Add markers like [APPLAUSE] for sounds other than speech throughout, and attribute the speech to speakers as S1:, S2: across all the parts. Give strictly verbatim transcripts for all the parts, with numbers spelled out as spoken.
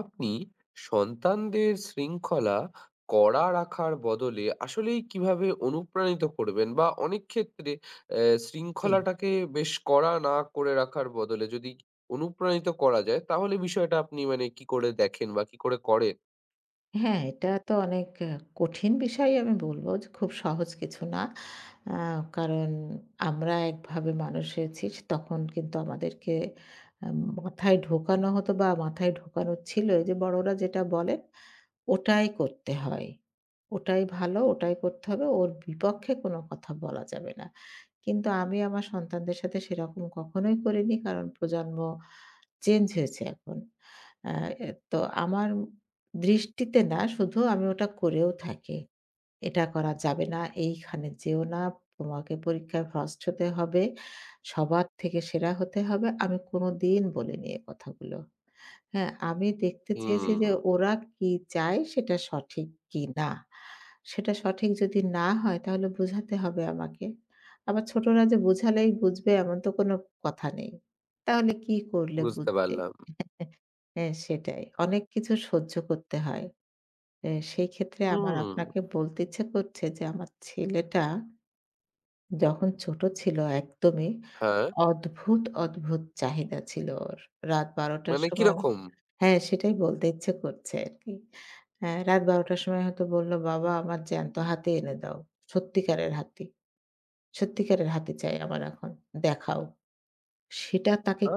S1: আপনি সন্তানদের শৃঙ্খলা কড়া রাখার বদলে আসলেই কিভাবে অনুপ্রাণিত করবেন? বা অনেক ক্ষেত্রে অ্যা
S2: জি।
S1: শৃঙ্খলাটাকে বেশ কড়া না করে রাখার বদলে যদি অনুপ্রাণিত করা যায় তাহলে বিষয়টা আপনি মানে কি করে দেখেন বা কি করে করেন?
S2: হ্যাঁ, এটা তো অনেক আ কঠিন বিষয়ই আমি বলব যে খুব সহজ কিছু না। আ কারণ আমরা একভাবে মানুষ হয়েছি, তখন কিন্তু আমাদেরকে আ মাথায় ঢোকানো হতো বা মাথায় ঢোকানো ছিল এই যে বড়রা যেটা বলেন ওটাই করতে হয়। ওটাই ভালো, ওটাই করতে হবে। ওর বিপক্ষে কোনো কথা বলা যাবে না। কিন্তু আমি আমার সন্তানদের সাথে সেরকম কখনোই করিনি। কারণ প্রজন্ম চেঞ্জ হয়েছে এখন। আ এ তো আমার দৃষ্টিতে না, শুধু আমি ওটা করেও থাকি। এটা করা যাবে না, এইখানে যেও না, তোমাকে পরীক্ষায় ফার্স্ট হতে হবে, সবার থেকে সেরা হতে হবে। আমি কোনোদিন বলিনি এ কথাগুলো। হ্যাঁ, আমি দেখতে চেয়েছি যে
S1: হুম,
S2: ওরা কি চায়, সেটা সঠিক কিনা। সেটা সঠিক যদি না হয় তাহলে বোঝাতে হবে আমাকে। আবার ছোটরা যে বোঝালেই বুঝবে, এমন তো কোনো কথা নেই। তাহলে কি করলে
S1: বুঝতে
S2: বুঝবে?
S1: পারলাম।
S2: হ্যাঁ, সেটাই। অনেক কিছু সহ্য করতে হয়। এ সেই ক্ষেত্রে আমার
S1: হুম,
S2: আপনাকে বলতে ইচ্ছে করছে যে আমার ছেলেটা যখন ছোট ছিল একদমই
S1: হ্যাঁ,
S2: অদ্ভুত, অদ্ভুত চাহিদা ছিল ওর। রাত বারো টার
S1: মানে
S2: সময়,
S1: কিরকম?
S2: হ্যাঁ, সেটাই বলতে ইচ্ছে করছে আরকি। হ্যাঁ, রাত বারো টার সময় হয়তো বলল, "বাবা আমার জ্যান্ত হাতি এনে দাও। সত্যিকারের হাতি। সত্যিকারের হাতি চাই আমার এখন। দেখাও।" সেটা তাকে
S1: আ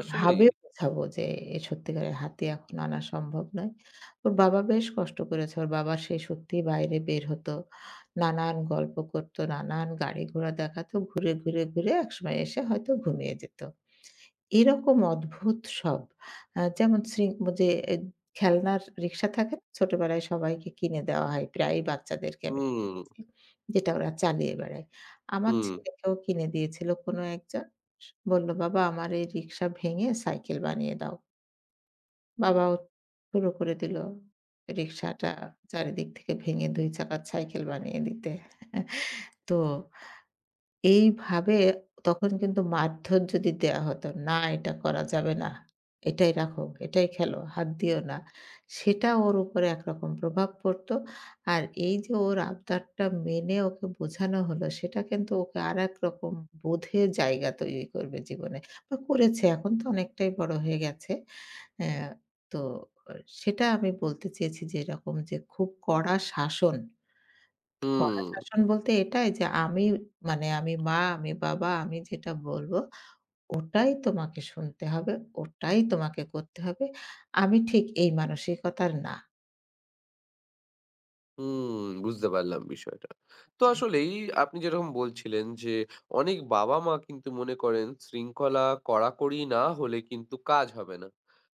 S1: আসলেই।
S2: বোঝাবো যে এ সত্যিকারের হাতি এখন আনা সম্ভব নয়। ওর বাবা বেশ কষ্ট করেছে। ওর বাবা সে সত্যিই বাইরে বের হতো। নানান গল্প করত, নানান গাড়ি ঘোড়া দেখাতো। ঘুরে, ঘুরে, ঘুরে একসময় এসে হয়তো ঘুমিয়ে যেত। এরকম অদ্ভুত সব। আ যেমন শ্রি যে এ খেলনার রিক্সা থাকে না? ছোটবেলায় সবাইকে কিনে দেওয়া হয়। প্রায়ই বাচ্চাদেরকে আমি
S1: হুম,
S2: দেখেছি। যেটা ওরা চালিয়ে বেড়ায়। আমার
S1: হুম,
S2: ছেলেকেও কিনে দিয়েছিল কোনো একজন। বলল, "বাবা আমার এই রিক্সা ভেঙে সাইকেল বানিয়ে দাও।" বাবাও শুরু করে দিল রিক্সাটা চারিদিক থেকে ভেঙে দুই চাকার সাইকেল বানিয়ে দিতে। তো এইভাবে তখন কিন্তু মারধর যদি দেয়া হতো, "না এটা করা যাবে না। এটাই রাখো, এটাই খেলো, হাত দিও না।" সেটা ওর উপরে একরকম প্রভাব পড়তো। আর এই যে ওর আবদারটা মেনে ওকে বোঝানো হলো, সেটা কিন্তু ওকে আরেক রকম বোধের জায়গা তৈরি করবে জীবনে। বা করেছে, এখন তো অনেকটাই বড় হয়ে গেছে। অ্যা তো সেটা আমি বলতে চেয়েছি যে এরকম যে খুব কড়া শাসন,
S1: হুম।
S2: কড়া শাসন বলতে এটাই যে আমি, মানে আমি মা, আমি বাবা, আমি যেটা বলব ওটাই তোমাকে শুনতে হবে, ওটাই তোমাকে করতে হবে। আমি ঠিক এই মানসিকতার না।
S1: হুম, বুঝতে পারলাম বিষয়টা। তো
S2: জি।
S1: আসলেই আপনি যেরকম বলছিলেন যে, অনেক বাবা-মা কিন্তু মনে করেন শৃঙ্খলা কড়াকড়ি না হলে কিন্তু কাজ হবে না।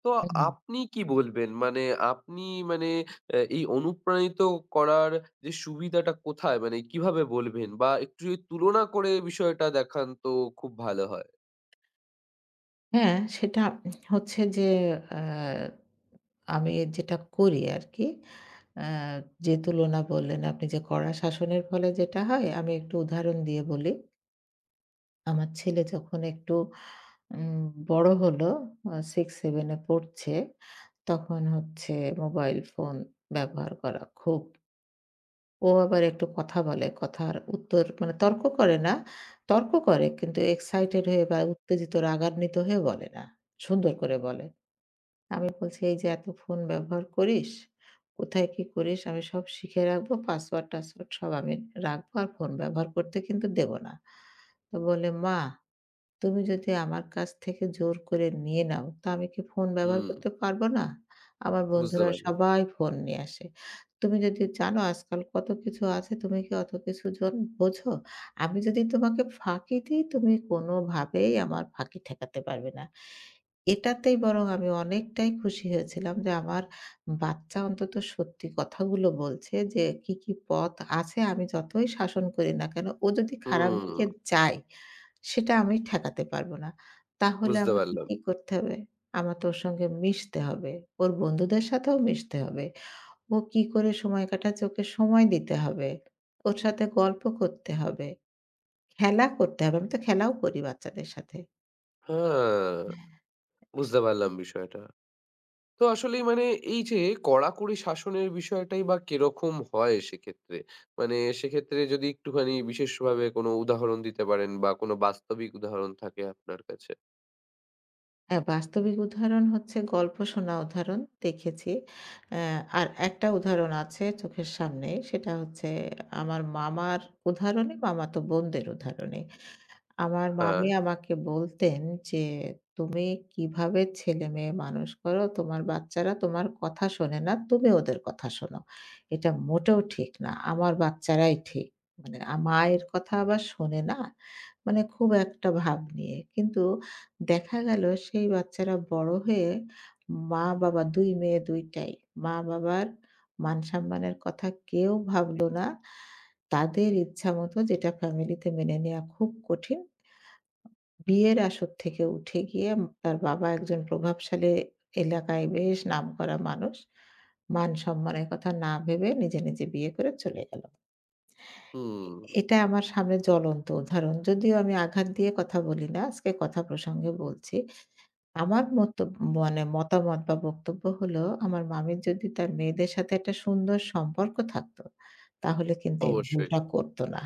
S1: তো
S2: হুম,
S1: আপনি কি বলবেন? মানে আপনি মানে অ্যা এই অনুপ্রাণিত করার যে সুবিধাটা কোথায়? মানে কিভাবে বলবেন? বা একটু যদি তুলনা করে বিষয়টা দেখান তো খুব ভালো হয়।
S2: হ্যাঁ, সেটা হচ্ছে যে আ আমি যেটা করি আরকি, আ যে তুলনা বললেন আপনি যে কড়া শাসনের ফলে যেটা হয় আমি একটু উদাহরণ দিয়ে বলি। আমার ছেলে যখন একটু উম বড় হলো, আ ছয় সাত এ পড়ছে। তখন হচ্ছে মোবাইল ফোন ব্যবহার করা খুব। ও আবার একটু কথা বলে। কথার উত্তর, মানে তর্ক করে না। তর্ক করে কিন্তু এক্সাইটেড হয়ে বা উত্তেজিত রাগান্বিত হয়ে বলে না। সুন্দর করে বলে। আমি বলছি, "এই যে এত ফোন ব্যবহার করিস, কোথায় কি করিস আমি সব শিখে রাখবো। পাসওয়ার্ড-টাসওয়ার্ড সব আমি রাখবো। আর ফোন ব্যবহার করতে কিন্তু দেব না।" তো বলে, "মা, তুমি যদি আমার কাছ থেকে জোর করে নিয়ে নাও, তো আমি কি ফোন ব্যবহার
S1: হুম,
S2: করতে পারব না? আমার
S1: বুঝতে
S2: বন্ধুরা
S1: পারলাম।
S2: সবাই ফোন নিয়ে আসে। তুমি যদি জানো আজকাল কত কিছু আছে, তুমি কি অত কিছু জন বোঝো? আমি যদি তোমাকে ফাঁকি দিই, তুমি কোনোভাবেই আমার ফাঁকি ঠেকাতে পারবে না।" এটাতেই বরং আমি অনেকটাই খুশি হয়েছিলাম যে আমার বাচ্চা অন্তত সত্যি কথাগুলো বলছে যে কি, কি পথ আছে। আমি যতই শাসন করি না কেন, ও যদি খারাপ
S1: হুম,
S2: দিকে যায় সেটা আমি ঠেকাতে পারব না। তাহলে
S1: বুঝতে
S2: আমাকে
S1: পারলাম।
S2: কি করতে হবে? আমার তো ওর সঙ্গে মিশতে হবে। ওর বন্ধুদের সাথেও মিশতে হবে। ও কি করে সময় কাটাচ্ছে, ওকে সময় দিতে হবে। ওর সাথে গল্প করতে হবে। খেলা করতে হবে। আমি তো খেলাও করি বাচ্চাদের সাথে।
S1: হ্যাঁ, বুঝতে পারলাম বিষয়টা। তো আসলেই মানে এই যে কড়াকড়ি শাসনের বিষয়টাই বা কিরকম হয় সেক্ষেত্রে? মানে সেক্ষেত্রে যদি একটুখানি বিশেষভাবে কোনো উদাহরণ দিতে পারেন বা কোনো বাস্তবিক উদাহরণ থাকে আপনার কাছে।
S2: হ্যাঁ, বাস্তবিক উদাহরণ হচ্ছে গল্প শোনা উদাহরণ দেখেছি। অ্যা আর একটা উদাহরণ আছে চোখের সামনে। সেটা হচ্ছে আমার মামার উদাহরণে, মামাতো বোনদের উদাহরণে। আমার
S1: হ্যাঁ,
S2: মামি আমাকে বলতেন যে, "তুমি কিভাবে ছেলেমেয়ে মানুষ করো? তোমার বাচ্চারা তোমার কথা শোনে না, তুমি ওদের কথা শোনো। এটা মোটেও ঠিক না। আমার বাচ্চারাই ঠিক।" মানে আ মায়ের কথা আবার শোনে না। মানে খুব একটা ভাব নিয়ে। কিন্তু দেখা গেল সেই বাচ্চারা বড় হয়ে মা-বাবা, দুই মেয়ে দুই টাই, মা-বাবার মান-সম্মানের কথা কেউ ভাবলো না। তাদের ইচ্ছামত যেটা ফ্যামিলিতে মেনে নেয়া খুব কঠিন, বিয়ের আসর থেকে উঠে গিয়ে, উম তার বাবা একজন প্রভাবশালী এলাকায় বেশ নামকরা মানুষ, মান সম্মানের কথা না ভেবে নিজে, নিজে বিয়ে করে চলে গেল। এ
S1: হুম,
S2: এটা আমার সামনে জ্বলন্ত উদাহরণ। যদিও আমি আঘাত দিয়ে কথা বলি না, আজকে কথা প্রসঙ্গে বলছি। আমার মতো, মানে মতামত বা বক্তব্য হলো, আমার মামির যদি তার মেয়েদের সাথে একটা সুন্দর সম্পর্ক থাকতো, তাহলে কিন্তু এই
S1: অবশ্যই
S2: ভুলটা করত না।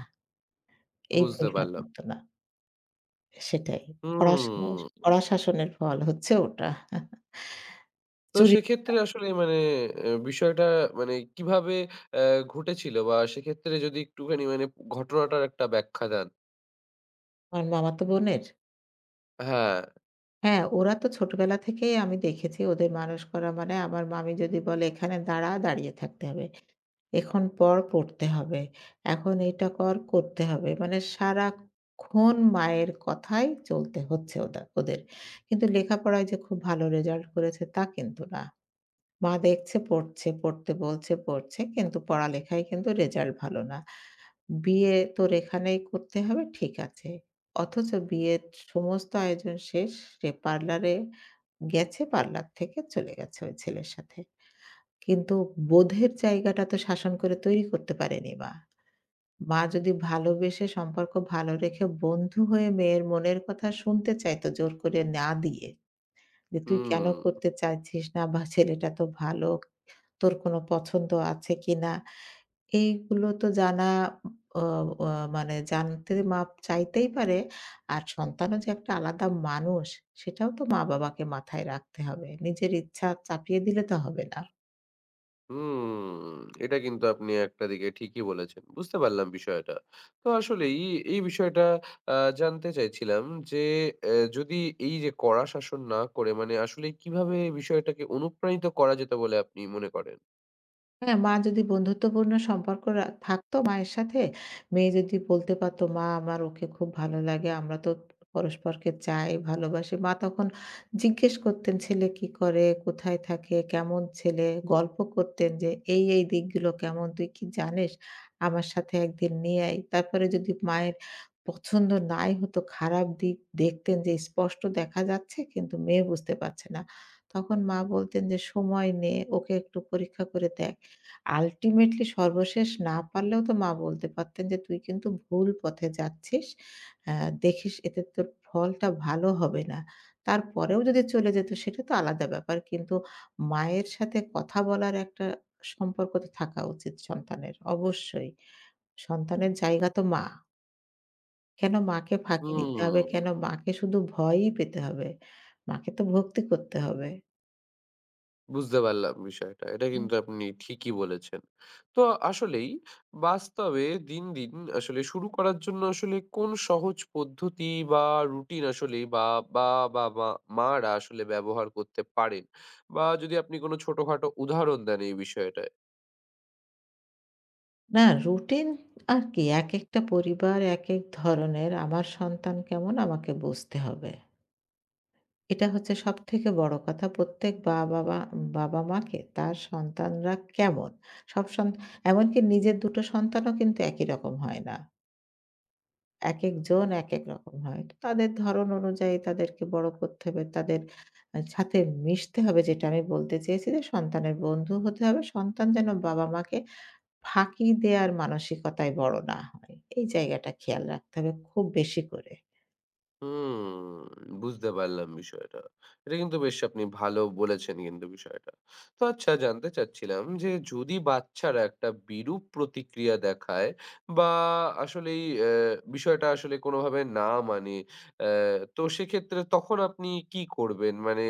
S2: এই
S1: বুঝতে
S2: ভুলটা
S1: পারলাম।
S2: করত না। সেটাই। কড়া শাস
S1: হুম,
S2: কড়া শাসনের ফল হচ্ছে ওটা।
S1: তো
S2: চুরি
S1: সেক্ষেত্রে আসলে মানে অ্যা বিষয়টা মানে কিভাবে অ্যা ঘটেছিল বা সেক্ষেত্রে যদি একটুখানি মানে ঘটনাটার একটা ব্যাখ্যা দেন?
S2: আমার মামাতো বোনের।
S1: হ্যাঁ,
S2: হ্যাঁ, ওরা তো ছোটবেলা থেকেই আমি দেখেছি ওদের মানুষ করা, মানে আমার মামি যদি বলে, "এখানে দাঁড়া, দাঁড়িয়ে থাকতে হবে। এখন পড়, পড়তে হবে। এখন এটা কর, করতে হবে।" মানে সারাক্ষণ মায়ের কথাই চলতে হচ্ছে ওদা ওদের। কিন্তু লেখাপড়ায় যে খুব ভালো রেজাল্ট করেছে তা কিন্তু না। মা দেখছে পড়ছে, পড়তে বলছে পড়ছে, কিন্তু পড়ালেখায় কিন্তু রেজাল্ট ভালো না। বিয়ে তোর এখানেই করতে হবে, ঠিক আছে। অথচ বিয়ের সমস্ত আয়োজন শেষ। সে পার্লারে গেছে, পার্লার থেকে চলে গেছে ওই ছেলের সাথে। কিন্তু বোধের জায়গাটা তো শাসন করে তৈরি করতে পারেনি মা। মা যদি ভালোবেসে সম্পর্ক ভালো রেখে বন্ধু হয়ে মেয়ের মনের কথা শুনতে চাইতো, জোর করে না দিয়ে, যে "তুই কেন
S1: হুম।
S2: করতে চাইছিস না? বা ছেলেটা তো ভালো। তোর কোনো পছন্দ আছে কিনা?" এইগুলো তো জানা, অ অ মানে জানতে মাপ চাইতেই পারে। আর সন্তানও যে একটা আলাদা মানুষ, সেটাও তো মা-বাবাকে মাথায় রাখতে হবে। নিজের ইচ্ছা চাপিয়ে দিলে তো হবে না।
S1: হুম, এটা কিন্তু আপনি একটা দিকে ঠিকই বলেছেন। বুঝতে পারলাম বিষয়টা। তো আসলেই এই এই বিষয়টা আ জানতে চাইছিলাম যে, এ যদি এই যে কড়া শাসন না করে মানে আসলে কিভাবে এই বিষয়টাকে অনুপ্রাণিত করা যেত বলে আপনি মনে করেন?
S2: হ্যাঁ, মা যদি বন্ধুত্বপূর্ণ সম্পর্ক রা থাকতো মায়ের সাথে, মেয়ে যদি বলতে পারতো, "মা, আমার ওকে খুব ভালো লাগে। আমরা তো পরস্পরকে চাই, ভালোবাসি।" মা তখন জিজ্ঞেস করতেন, "ছেলে কি করে? কোথায় থাকে? কেমন ছেলে?" গল্প করতেন যে, "এই, এই দিকগুলো কেমন? তুই কি জানিস? আমার সাথে একদিন নিয়ে আয়।" তারপরে যদি মায়ের পছন্দ নাই হতো, খারাপ দিক দেখতেন যে স্পষ্ট দেখা যাচ্ছে কিন্তু মেয়ে বুঝতে পারছে না, তখন মা বলতেন যে, "সময় নে, ওকে একটু পরীক্ষা করে দেখ।" আল্টিমেটলি সর্বশেষ না পারলেও তো মা বলতে পারতেন যে, "তুই কিন্তু ভুল পথে যাচ্ছিস। আ দেখিস এতে তোর ফলটা ভালো হবে না।" তারপরেও যদি চলে যেত সেটা তো আলাদা ব্যাপার। কিন্তু মায়ের সাথে কথা বলার একটা সম্পর্ক তো থাকা উচিত সন্তানের অবশ্যই। সন্তানের জায়গা তো মা। কেন মাকে ফাঁকি দিতে হবে?
S1: হুম।
S2: কেন মাকে শুধু ভয়ই পেতে হবে? মাকে তো ভক্তি করতে হবে।
S1: বুঝতে পারলাম বিষয়টা। এটা
S2: উম
S1: কিন্তু আপনি ঠিকই বলেছেন। তো আসলেই বাস্তবে দিন, দিন আসলে শুরু করার জন্য আসলে কোন সহজ পদ্ধতি বা রুটিন আসলেই বাবা বা মা মারা আসলে ব্যবহার করতে পারেন? বা যদি আপনি কোন ছোটখাটো উদাহরণ দেন এই বিষয়টায়?
S2: না, রুটিন আর কি, একেকটা পরিবার একেক ধরনের। আমার সন্তান কেমন আমাকে বুঝতে হবে। এটা হচ্ছে সবথেকে বড় কথা। প্রত্যেক বা-বাবা বাবা-মাকে তার সন্তানরা কেমন? সব সন এমনকি নিজের দুই টো সন্তানও কিন্তু একই রকম হয় না। একেকজন একেক রকম হয়। তো তাদের ধরন অনুযায়ী তাদেরকে বড় করতে হবে। তাদের আ সাথে মিশতে হবে, যেটা আমি বলতে চেয়েছি যে সন্তানের বন্ধু হতে হবে। সন্তান যেন বাবা-মাকে ফাঁকি দেয়ার মানসিকতায় বড় না হয়, এই জায়গাটা খেয়াল রাখতে হবে খুব বেশি করে।
S1: হুম, বুঝতে পারলাম বিষয়টা। এটা কিন্তু বেশ আপনি ভালো বলেছেন কিন্তু বিষয়টা। তো আচ্ছা জানতে চাচ্ছিলাম যে যদি বাচ্চারা একটা বিরূপ প্রতিক্রিয়া দেখায় বা আসলেই অ্যা বিষয়টা আসলে কোনোভাবে না মানে, অ্যা তো সেক্ষেত্রে তখন আপনি কি করবেন? মানে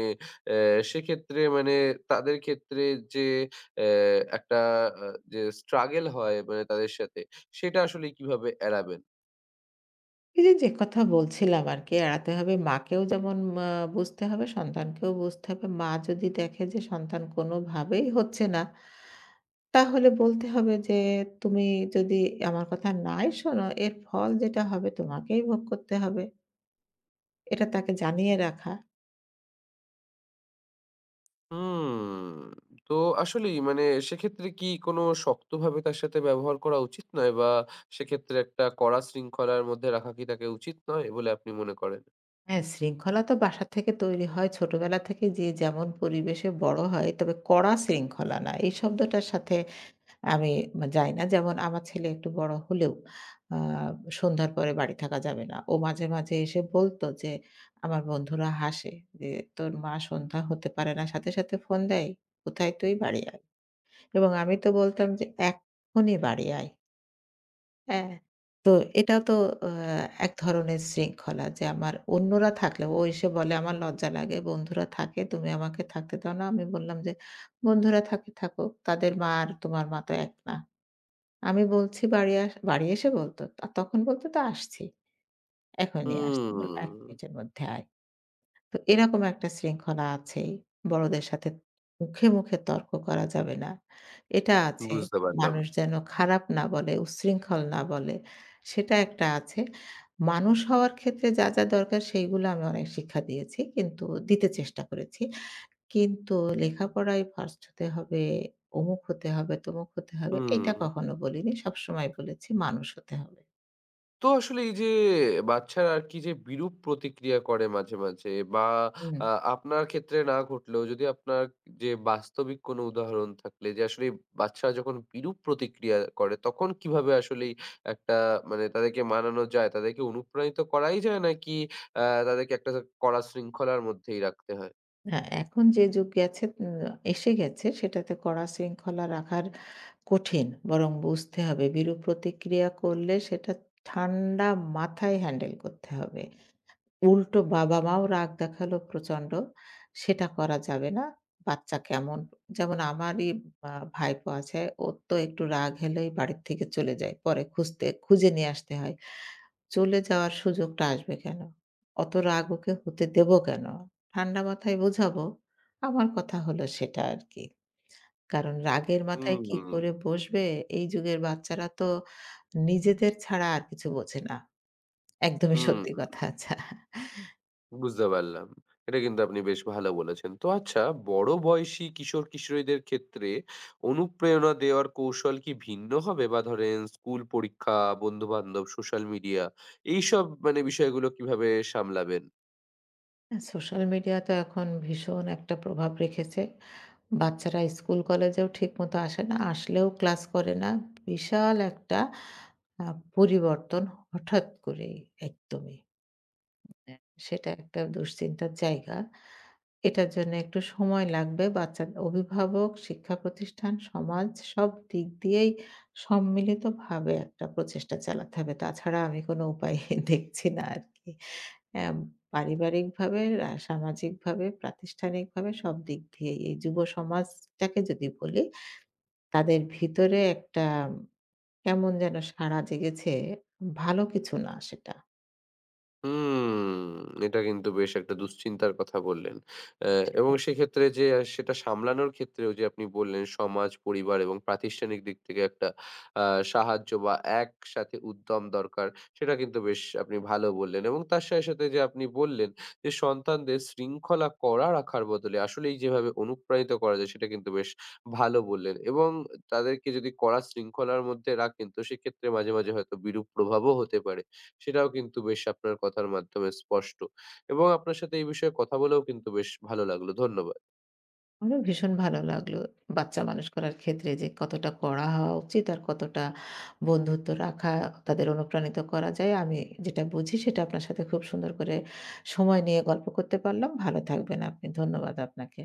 S1: অ্যা সেক্ষেত্রে মানে তাদের ক্ষেত্রে যে অ্যা একটা আ যে struggle হয় মানে তাদের সাথে, সেটা আসলে কিভাবে এড়াবেন?
S2: এই যে, যে কথা বলছিলাম আরকি, এড়াতে হবে। মাকেও যেমন, মা বুঝতে হবে, সন্তানকেও বুঝতে হবে। মা যদি দেখে যে সন্তান কোনোভাবেই হচ্ছে না, তাহলে বলতে হবে যে, "তুমি যদি আমার কথা নাই শোনো, এর ফল যেটা হবে তোমাকেই ভোগ করতে হবে।" এটা তাকে জানিয়ে রাখা।
S1: হুম। তো আসলেই মানে সেক্ষেত্রে কি কোনো শক্তভাবে তার সাথে ব্যবহার করা উচিত নয়? বা সেক্ষেত্রে একটা কড়া শৃঙ্খলার মধ্যে রাখা কি তাকে উচিত নয় বলে আপনি মনে করেন?
S2: হ্যাঁ, শৃঙ্খলা তো বাসা থেকে তৈরি হয়। ছোটবেলা থেকে যে যেমন পরিবেশে বড় হয়, তবে কড়া শৃঙ্খলা না, এই শব্দটার সাথে আমি মা যাই না। যেমন আমার ছেলে একটু বড় হলেও আ সন্ধ্যার পরে বাড়ি থাকা যাবে না। ও মাঝে, মাঝে এসে বলত যে, আমার বন্ধুরা হাসে যে, "তোর মা সন্ধ্যা হতে পারে না, সাথে, সাথে ফোন দেয়। কোথায় তুই? বাড়ি আয়।" এবং আমি তো বলতাম যে, "এক্ষুনি বাড়ি আয়।" হ্যাঁ। তো এটা তো আ এক ধরনের শৃঙ্খলা। যে আমার অন্যরা থাকলেও ও এসে বলে, "আমার লজ্জা লাগে। বন্ধুরা থাকে, তুমি আমাকে থাকতে দাও না।" আমি বললাম যে, "বন্ধুরা থাকে থাকুক। তাদের মা আর তোমার মা তো এক না।" আমি বলছি বাড়ি আস বাড়ি এসে বলত। তখন বলত, তো আসছি। এখনই আসতে বল, এক
S1: হুম,
S2: মিনিটের মধ্যে আয়। তো এরকম একটা শৃঙ্খলা আছেই। বড়দের সাথে মুখে, মুখে তর্ক করা যাবে না, এটা আছে।
S1: বুঝতে পারলাম।
S2: মানুষ যেন খারাপ না বলে, উচ্ছৃঙ্খল না বলে, সেটা একটা আছে। মানুষ হওয়ার ক্ষেত্রে যা, যা দরকার সেইগুলো আমি অনেক শিক্ষা দিয়েছি। কিন্তু দিতে চেষ্টা করেছি। কিন্তু লেখাপড়ায় ফার্স্ট হতে হবে, অমুক হতে হবে, তমুক হতে হবে, এটা
S1: হুম।
S2: কখনো বলিনি। সবসময় বলেছি মানুষ হতে হবে।
S1: তো আসলে এই যে বাচ্চারা আর কি যে বিরূপ প্রতিক্রিয়া করে মাঝে, মাঝে বা
S2: হুম।
S1: আ আপনার ক্ষেত্রে না ঘটলেও যদি আপনার যে বাস্তবিক কোনো উদাহরণ থাকলে যে আসলে বাচ্চারা যখন বিরূপ প্রতিক্রিয়া করে তখন কিভাবে আসলেই একটা মানে তাদেরকে মানানো যায়? তাদেরকে অনুপ্রাণিত করাই যায় নাকি আ তাদেরকে একটা কড়া শৃঙ্খলার মধ্যেই রাখতে হয়?
S2: হ্যাঁ, এখন যে যুগ গেছে, উম এসে গেছে, সেটাতে কড়া শৃঙ্খলা রাখার কঠিন। বরং বুঝতে হবে বিরূপ প্রতিক্রিয়া করলে সেটা ঠান্ডা মাথায় হ্যান্ডেল করতে হবে। উল্টো বাবা-মাও রাগ দেখালো প্রচণ্ড, সেটা করা যাবে না। বাচ্চা কেমন, যেমন আমারই আ ভাইপো আছে, ওর তো একটু রাগ হলেই বাড়ির থেকে চলে যায়। পরে খুঁজতে খুঁজে নিয়ে আসতে হয়। চলে যাওয়ার সুযোগটা আসবে কেন? অত রাগ ওকে হতে দেব কেন? ঠান্ডা মাথায় বোঝাবো। আমার কথা হলো সেটা আরকি। কারণ রাগের
S1: হুম,
S2: মাথায় কি
S1: হুম,
S2: করে বসবে? এই যুগের বাচ্চারা তো নিজেদের ছাড়া আর কিছু বোঝে না। একদমই
S1: হুম,
S2: সত্যি
S1: হুম।
S2: কথা। আচ্ছা।
S1: বুঝতে পারলাম। এটা কিন্তু আপনি বেশ ভালো বলেছেন। তো আচ্ছা বড় বয়সী কিশোর-কিশোরীদের ক্ষেত্রে অনুপ্রেরণা দেওয়ার কৌশল কি ভিন্ন হবে? বা ধরেন স্কুল পরীক্ষা, বন্ধু-বান্ধব, সোশ্যাল মিডিয়া এইসব মানে বিষয়গুলো কিভাবে সামলাবেন?
S2: সোশ্যাল মিডিয়া তো এখন ভীষণ একটা প্রভাব রেখেছে। বাচ্চারা স্কুল কলেজেও ঠিকমতো আসে না, আসলেও ক্লাস করে না। বিশাল একটা আ পরিবর্তন হঠাৎ করেই, একদমই। হ্যাঁ, সেটা একটা দুশ্চিন্তার জায়গা। এটার জন্য একটু সময় লাগবে। বাচ্চার অভিভাবক, শিক্ষা প্রতিষ্ঠান, সমাজ, সব দিক দিয়েই সম্মিলিতভাবে একটা প্রচেষ্টা চালাতে হবে। তাছাড়া আমি কোনো উপায় [LAUGHS] দেখছি না আরকি। অ্যাম পারিবারিকভাবে, আ সামাজিকভাবে, প্রাতিষ্ঠানিকভাবে সব দিক দিয়েই এই যুব সমাজটাকে যদি বলি, তাদের ভিতরে একটা কেমন যেন সাড়া জেগেছে, ভালো কিছু না সেটা।
S1: হুম, এটা কিন্তু বেশ একটা দুশ্চিন্তার কথা বললেন। অ্যা এবং সেক্ষেত্রে যে আ সেটা সামলানোর ক্ষেত্রেও যে আপনি বললেন সমাজ, পরিবার এবং প্রাতিষ্ঠানিক দিক থেকে একটা আ সাহায্য বা একসাথে উদ্যম দরকার, সেটা কিন্তু বেশ আপনি ভালো বললেন। এবং তার সাথে, সাথে যে আপনি বললেন যে সন্তানদের শৃঙ্খলা করা রাখার বদলে আসলেই যেভাবে অনুপ্রাণিত করা যায় সেটা কিন্তু বেশ ভালো বললেন। এবং তাদেরকে যদি কড়া শৃঙ্খলার মধ্যে রাখেন তো সেক্ষেত্রে মাঝে, মাঝে হয়তো বিরূপ প্রভাবও হতে পারে। সেটাও কিন্তু বেশ আপনার কথার মাধ্যমে স্পষ্ট। এবং আপনার সাথে এই বিষয়ে কথা বলেও কিন্তু বেশ ভালো লাগলো। ধন্যবাদ।
S2: আমারও ভীষণ ভালো লাগলো, বাচ্চা মানুষ করার ক্ষেত্রে যে কতটা কড়া হওয়া উচিত আর কতটা বন্ধুত্ব রাখা, তাদের অনুপ্রাণিত করা যায়। আমি যেটা বুঝি সেটা আপনার সাথে খুব সুন্দর করে সময় নিয়ে গল্প করতে পারলাম। ভালো থাকবেন আপনি। ধন্যবাদ আপনাকে।